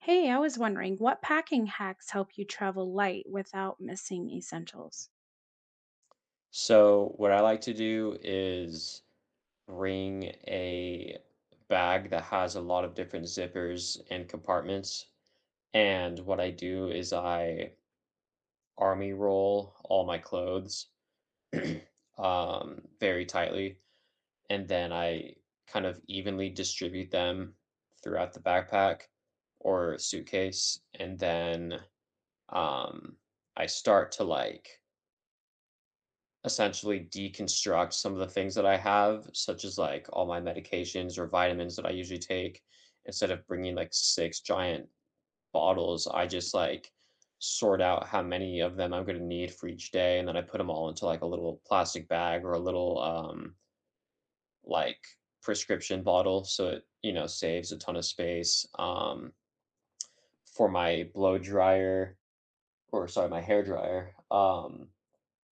Hey, I was wondering what packing hacks help you travel light without missing essentials? So what I like to do is bring a bag that has a lot of different zippers and compartments. And what I do is I army roll all my clothes very tightly, and then I kind of evenly distribute them throughout the backpack or suitcase. And then um, I start to essentially deconstruct some of the things that I have, such as like all my medications or vitamins that I usually take. Instead of bringing like six giant bottles, I just like sort out how many of them I'm going to need for each day. And then I put them all into like a little plastic bag or a little like prescription bottle. So it saves a ton of space. For my blow dryer or sorry, my hair dryer,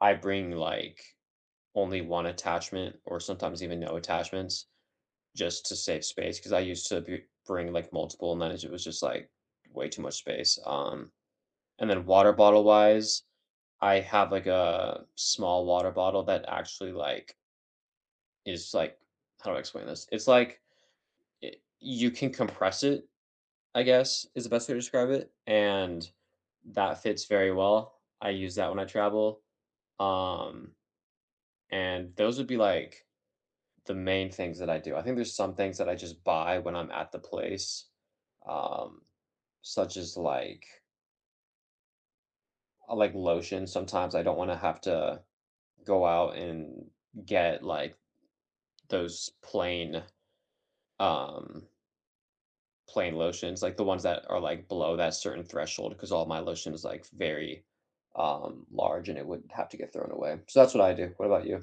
I bring like only one attachment or sometimes even no attachments just to save space because I used to be, bring like multiple and then it was just like way too much space. And then water bottle wise, I have like a small water bottle that actually like is like how do I explain this? It's you can compress it, I guess is the best way to describe it, and that fits very well. I use that when I travel. Um, and those would be like the main things that I do. I think there's some things that I just buy when I'm at the place, um, such as I like lotion. Sometimes I don't want to have to go out and get like those plain, um, plain lotions, like the ones that are like below that certain threshold, because all my lotion is like very, large and it would have to get thrown away. So that's what I do. What about you?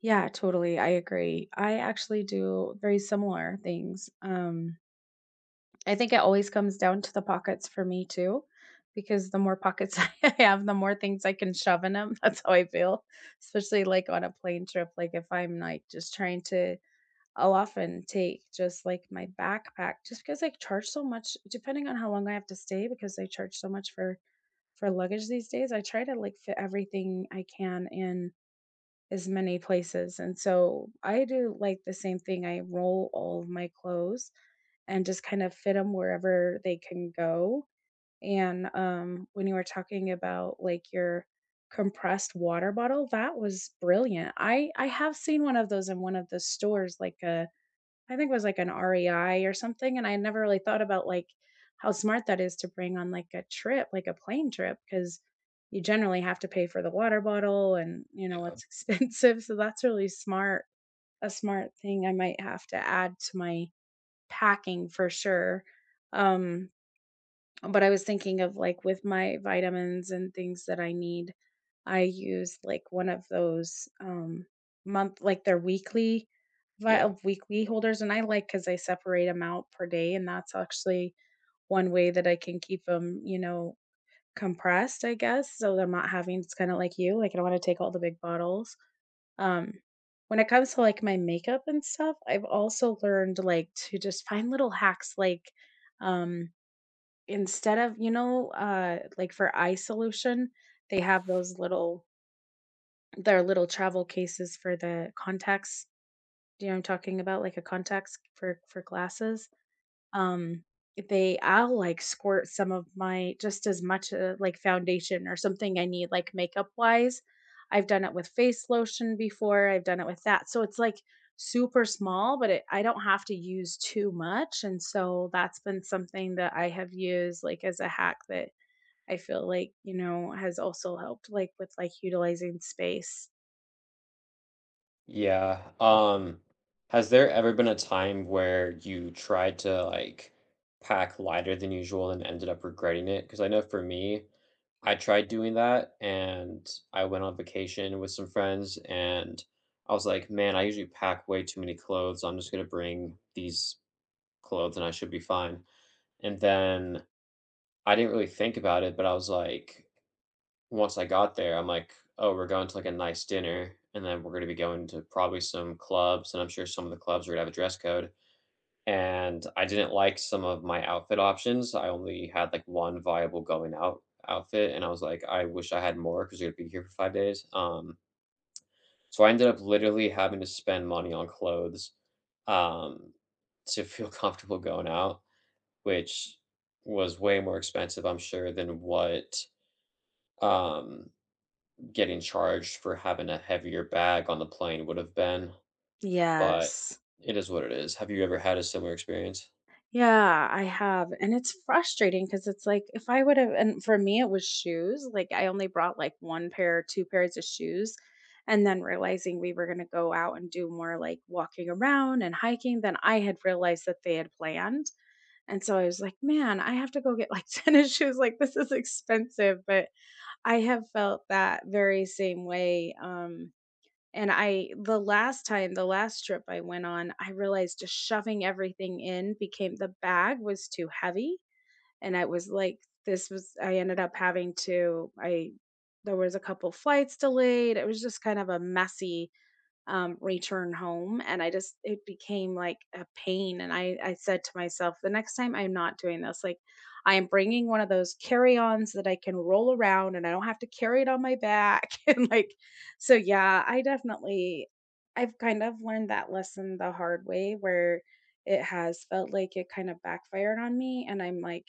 Yeah, totally. I agree. I actually do very similar things. I think it always comes down to the pockets for me too, because the more pockets I have, the more things I can shove in them. That's how I feel, especially like on a plane trip. Like if I'm like just trying to, I'll often take just like my backpack just because I charge so much, depending on how long I have to stay, because I charge so much for luggage these days, I try to like fit everything I can in as many places. And so I do like the same thing. I roll all of my clothes and just kind of fit them wherever they can go. And when you were talking about like your compressed water bottle, that was brilliant. I have seen one of those in one of the stores, like a I think it was like an REI or something, and I never really thought about, like, how smart that is to bring on, like, a trip, like a plane trip, because you generally have to pay for the water bottle and, Yeah. it's expensive, so that's really smart, a smart thing I might have to add to my packing for sure. Um but I was thinking of like with my vitamins and things that I need, I use like one of those month like their weekly Yeah. weekly holders and I like cuz I separate them out per day and that's actually one way that I can keep them, compressed, I guess, so that I'm not having it's kind of like you, like I don't want to take all the big bottles. Um when it comes to like my makeup and stuff, I've also learned like to just find little hacks like um instead of like for eye solution, they have those little their little travel cases for the contacts. Do you know what I'm talking about? Like a contacts for glasses. Um, they I'll like squirt some of my just as much like foundation or something I need like makeup wise. I've done it with face lotion before. I've done it with that. So it's like super small, but it, I don't have to use too much. And so that's been something that I have used like as a hack that I feel like, has also helped like with like utilizing space. Yeah. Has there ever been a time where you tried to like pack lighter than usual and ended up regretting it? Because I know for me, I tried doing that and I went on vacation with some friends and I was like, man, I usually pack way too many clothes. I'm just gonna bring these clothes and I should be fine. And then I didn't really think about it, but I was like, once I got there, I'm like, "Oh, we're going to, like, a nice dinner, and then we're gonna be going to probably some clubs," and I'm sure some of the clubs are gonna have a dress code, and I didn't like some of my outfit options. I only had, like, one viable going out outfit, and I was like, "I wish I had more because you 'cause we're gonna be here for 5 days." So I ended up literally having to spend money on clothes, um, to feel comfortable going out, which was way more expensive, I'm sure, than what, um getting charged for having a heavier bag on the plane would have been, but Yes. it is what it is. Have you ever had a similar experience? Yeah, I have. And it's frustrating because it's like if I would have, and for me, it was shoes. Like I only brought like one pair, two pairs of shoes. And then realizing we were going to go out and do more like walking around and hiking than I had realized that they had planned. And so I was like, man, I have to go get like tennis shoes. Like this is expensive. But I have felt that very same way. And I the last time, the last trip I went on, I realized just shoving everything in became the bag was too heavy, and I was like, this was I ended up having to I there was a couple flights delayed. It was just kind of a messy return home. And I just, it became like a pain. And I said to myself, the next time I'm not doing this, like I am bringing one of those carry ons that I can roll around and I don't have to carry it on my back. And like, so yeah, I definitely, I've kind of learned that lesson the hard way where it has felt like it kind of backfired on me. And I'm like,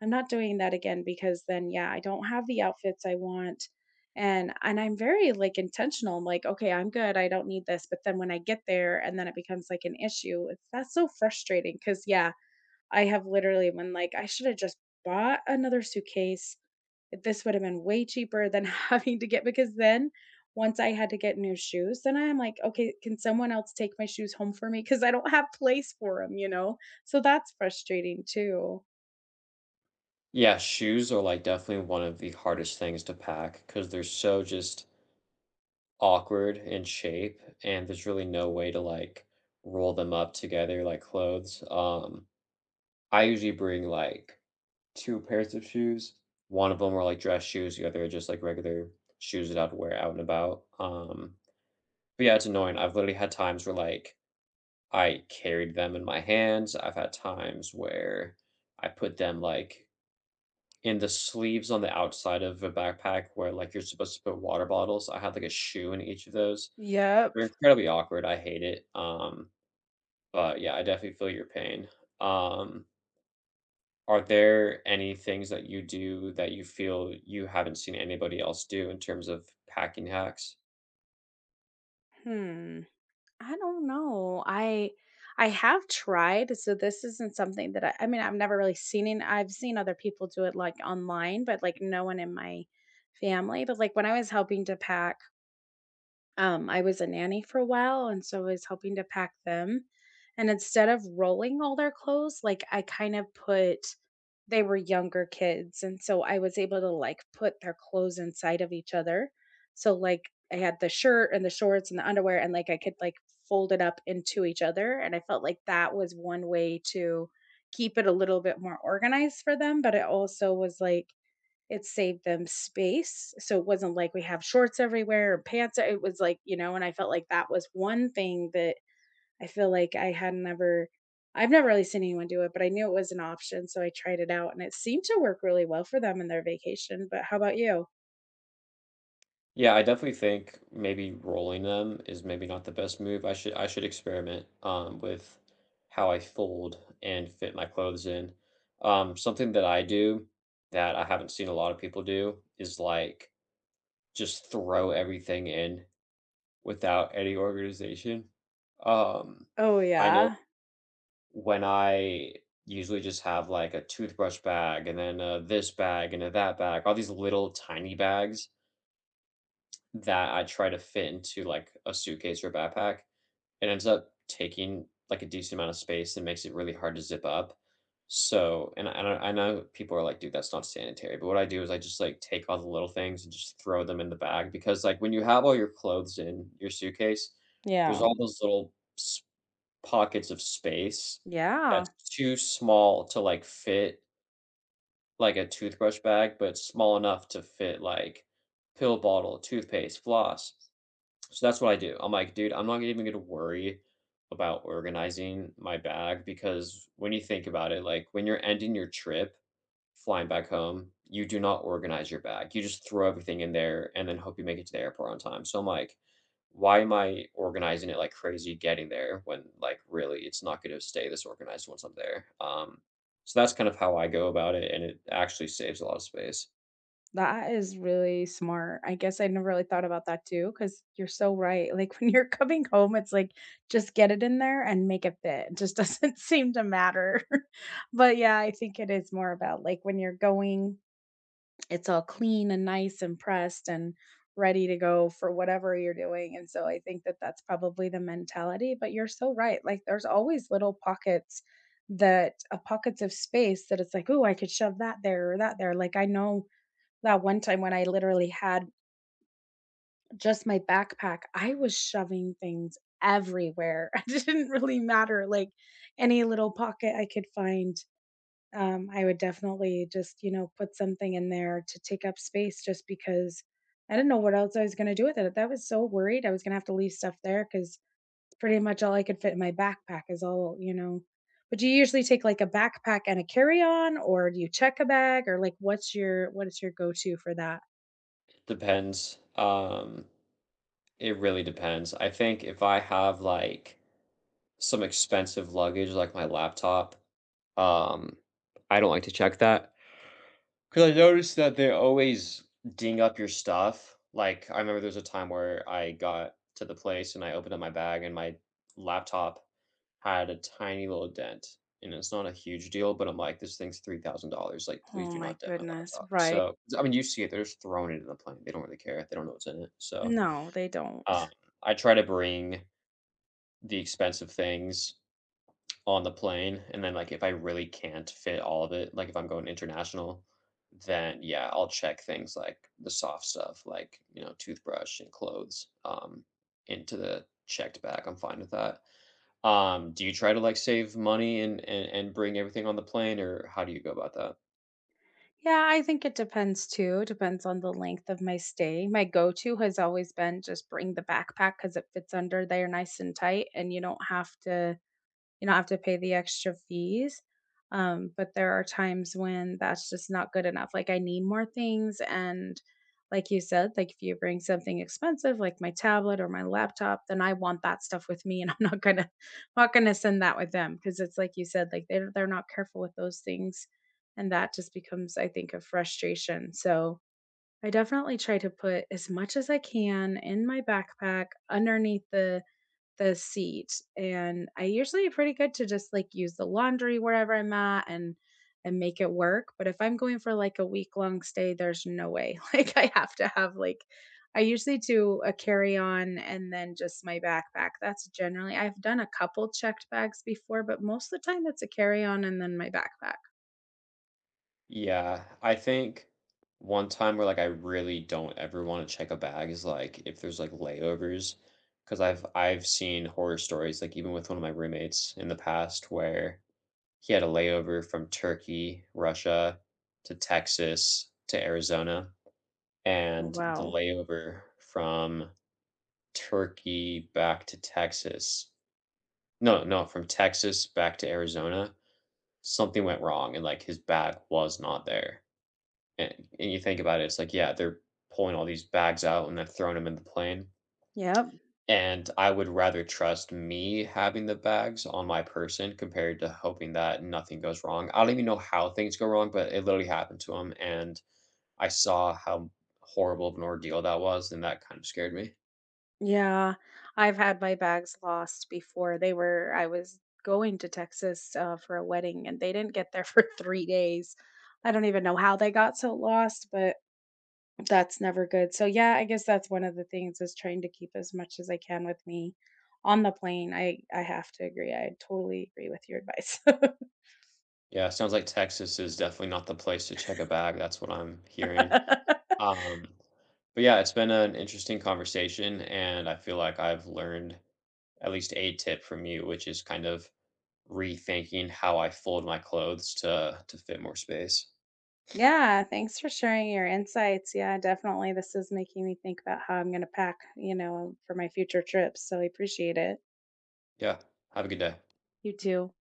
I'm not doing that again because then, yeah, I don't have the outfits I want and I'm very, like, intentional. I'm like, "Okay, I'm good. I don't need this." But then when I get there and then it becomes, like, an issue, it's that's so frustrating. Cause yeah, I have literally been like, "I shoulda just bought another suitcase. This would have been way cheaper than having to get" because then once I had to get new shoes, then I'm like, "Okay, can someone else take my shoes home for me? Cause I don't have place for them. You know? So that's frustrating too. Yeah, shoes are like definitely one of the hardest things to pack because they're so just awkward in shape, and there's really no way to like roll them up together like clothes. I usually bring like two pairs of shoes. One of them are like dress shoes, the other are just like regular shoes that I'd wear out and about. But yeah, it's annoying. I've literally had times where like I carried them in my hands. I've had times where I put them, like, in the sleeves on the outside of a backpack where, like, you're supposed to put water bottles. I had, like, a shoe in each of those. Yep. They're incredibly awkward, I hate it, but, yeah, I definitely feel your pain. Um, are there any things that you do that you feel you haven't seen anybody else do in terms of packing hacks? Hmm. I don't know. I have tried, so this isn't something that I mean, I've never really seen it. I've seen other people do it like online, but like no one in my family. But like when I was helping to pack, I was a nanny for a while, and so I was helping to pack them. And instead of rolling all their clothes, like I kind of put they were younger kids, and so I was able to, like, put their clothes inside of each other. So, like, I had the shirt and the shorts and the underwear, and, like, I could, like, fold it up into each other, and I felt like that was one way to keep it a little bit more organized for them, but it also was, like, it saved them space, so it wasn't like we have shorts everywhere or pants, it was like, you know, and I felt like that was one thing that I feel like I had never I've never really seen anyone do it, but I knew it was an option, so I tried it out and it seemed to work really well for them in their vacation, but how about you? Yeah, I definitely think maybe rolling them is maybe not the best move. I should experiment with how I fold and fit my clothes in. Something that I do that I haven't seen a lot of people do is like just throw everything in without any organization. Um, Oh, I know yeah. when I usually just have like a toothbrush bag and then this bag and a that bag, all these little tiny bags that I try to fit into, like, a suitcase or backpack. It ends up taking, like, a decent amount of space and makes it really hard to zip up. So and I know people are like, "Dude, that's not sanitary," but what I do is I just, like, take all the little things and just throw them in the bag because, like, when you have all your clothes in your suitcase, there's Yeah. all those little s pockets of space that's Yeah. too small to, like, fit, like, a toothbrush bag, but small enough to fit, like, pill bottle, toothpaste, floss. So that's what I do. I'm like, dude, I'm not even gonna worry about organizing my bag because when you think about it, like when you're ending your trip, flying back home, you do not organize your bag. You just throw everything in there and then hope you make it to the airport on time. So I'm like, why am I organizing it like crazy getting there when like really it's not gonna stay this organized once I'm there? So that's kind of how I go about it, and it actually saves a lot of space. That is really smart. I guess I never really thought about that too, because you're so right. Like when you're coming home, it's like just get it in there and make it fit. It just doesn't seem to matter. But yeah, I think it is more about like when you're going it's all clean and nice and pressed and ready to go for whatever you're doing. And so I think that that's probably the mentality, but you're so right. Like there's always little pockets that pockets of space that it's like, oh, I could shove that there or that there. Like I know that one time when I literally had just my backpack, I was shoving things everywhere. It didn't really matter like any little pocket I could find I would definitely just, put something in there to take up space just because I didn't know what else I was going to do with it. That was so worried I was going to have to leave stuff there because pretty much all I could fit in my backpack is all, you know. But do you usually take like a backpack and a carry-on or do you check a bag or like what's your what is your go-to for that? Depends. It really depends. I think if I have like some expensive luggage like my laptop, um, I don't like to check that because I noticed that they always ding up your stuff. Like, I remember there was a time where I got to the place and I opened up my bag and my laptop had a tiny little dent. And it's not a huge deal, but I'm like, this thing's $3,000. Like, please Oh do my not dent my goodness, laptop. right? So, I mean, you see it, they're just throwing it in the plane. They don't really care. They don't know what's in it. So, No, they don't. um, I try to bring the expensive things on the plane, and then, like, if I really can't fit all of it, like, if I'm going international, then, yeah, I'll check things like the soft stuff, like, you know, toothbrush and clothes, into the checked bag. I'm fine with that. Do you try to, like, save money and bring everything on the plane, or how do you go about that? Yeah, I think it depends too. Depends on the length of my stay. My go to has always been just bring the backpack because it fits under there nice and tight, and you don't have to pay the extra fees. But there are times when that's just not good enough. Like I need more things and like you said, like if you bring something expensive like my tablet or my laptop, then I want that stuff with me and I'm not going to not going to send that with them because it's like you said like they're not careful with those things and that just becomes I think a frustration. So I definitely try to put as much as I can in my backpack underneath the seat, and I usually pretty good to just, like, use the laundry wherever I'm at and make it work, but if I'm going for, like, a week-long stay, there's no way, like, I have to have, like I usually do a carry-on and then just my backpack, that's generally I've done a couple checked bags before, but most of the time it's a carry-on and then my backpack. Yeah, I think one time where like I really don't ever want to check a bag is like if there's like layovers, because I've seen horror stories like even with one of my roommates in the past where he had a layover from Turkey, Russia to Texas to Arizona, Oh, and the wow. layover from Turkey back to Texas. No, no, from Texas back to Arizona, something went wrong and like his bag was not there and you think about it, it's like, yeah, they're pulling all these bags out and then throwing them in the plane. Yep. And I would rather trust me having the bags on my person compared to hoping that nothing goes wrong. I don't even know how things go wrong, but it literally happened to him. And I saw how horrible of an ordeal that was, and that kind of scared me. Yeah, I've had my bags lost before. They were I was going to Texas for a wedding, and they didn't get there for 3 days. I don't even know how they got so lost, but that's never good. So yeah, I guess that's one of the things is trying to keep as much as I can with me on the plane. I have to agree. I totally agree with your advice. Yeah, sounds like Texas is definitely not the place to check a bag. That's what I'm hearing. Um, but yeah, it's been an interesting conversation, and I feel like I've learned at least a tip from you, which is kind of rethinking how I fold my clothes to fit more space. Yeah, thanks for sharing your insights. Yeah, definitely. This is making me think about how I'm going to pack, you know, for my future trips. So I appreciate it. Yeah. Have a good day. You too.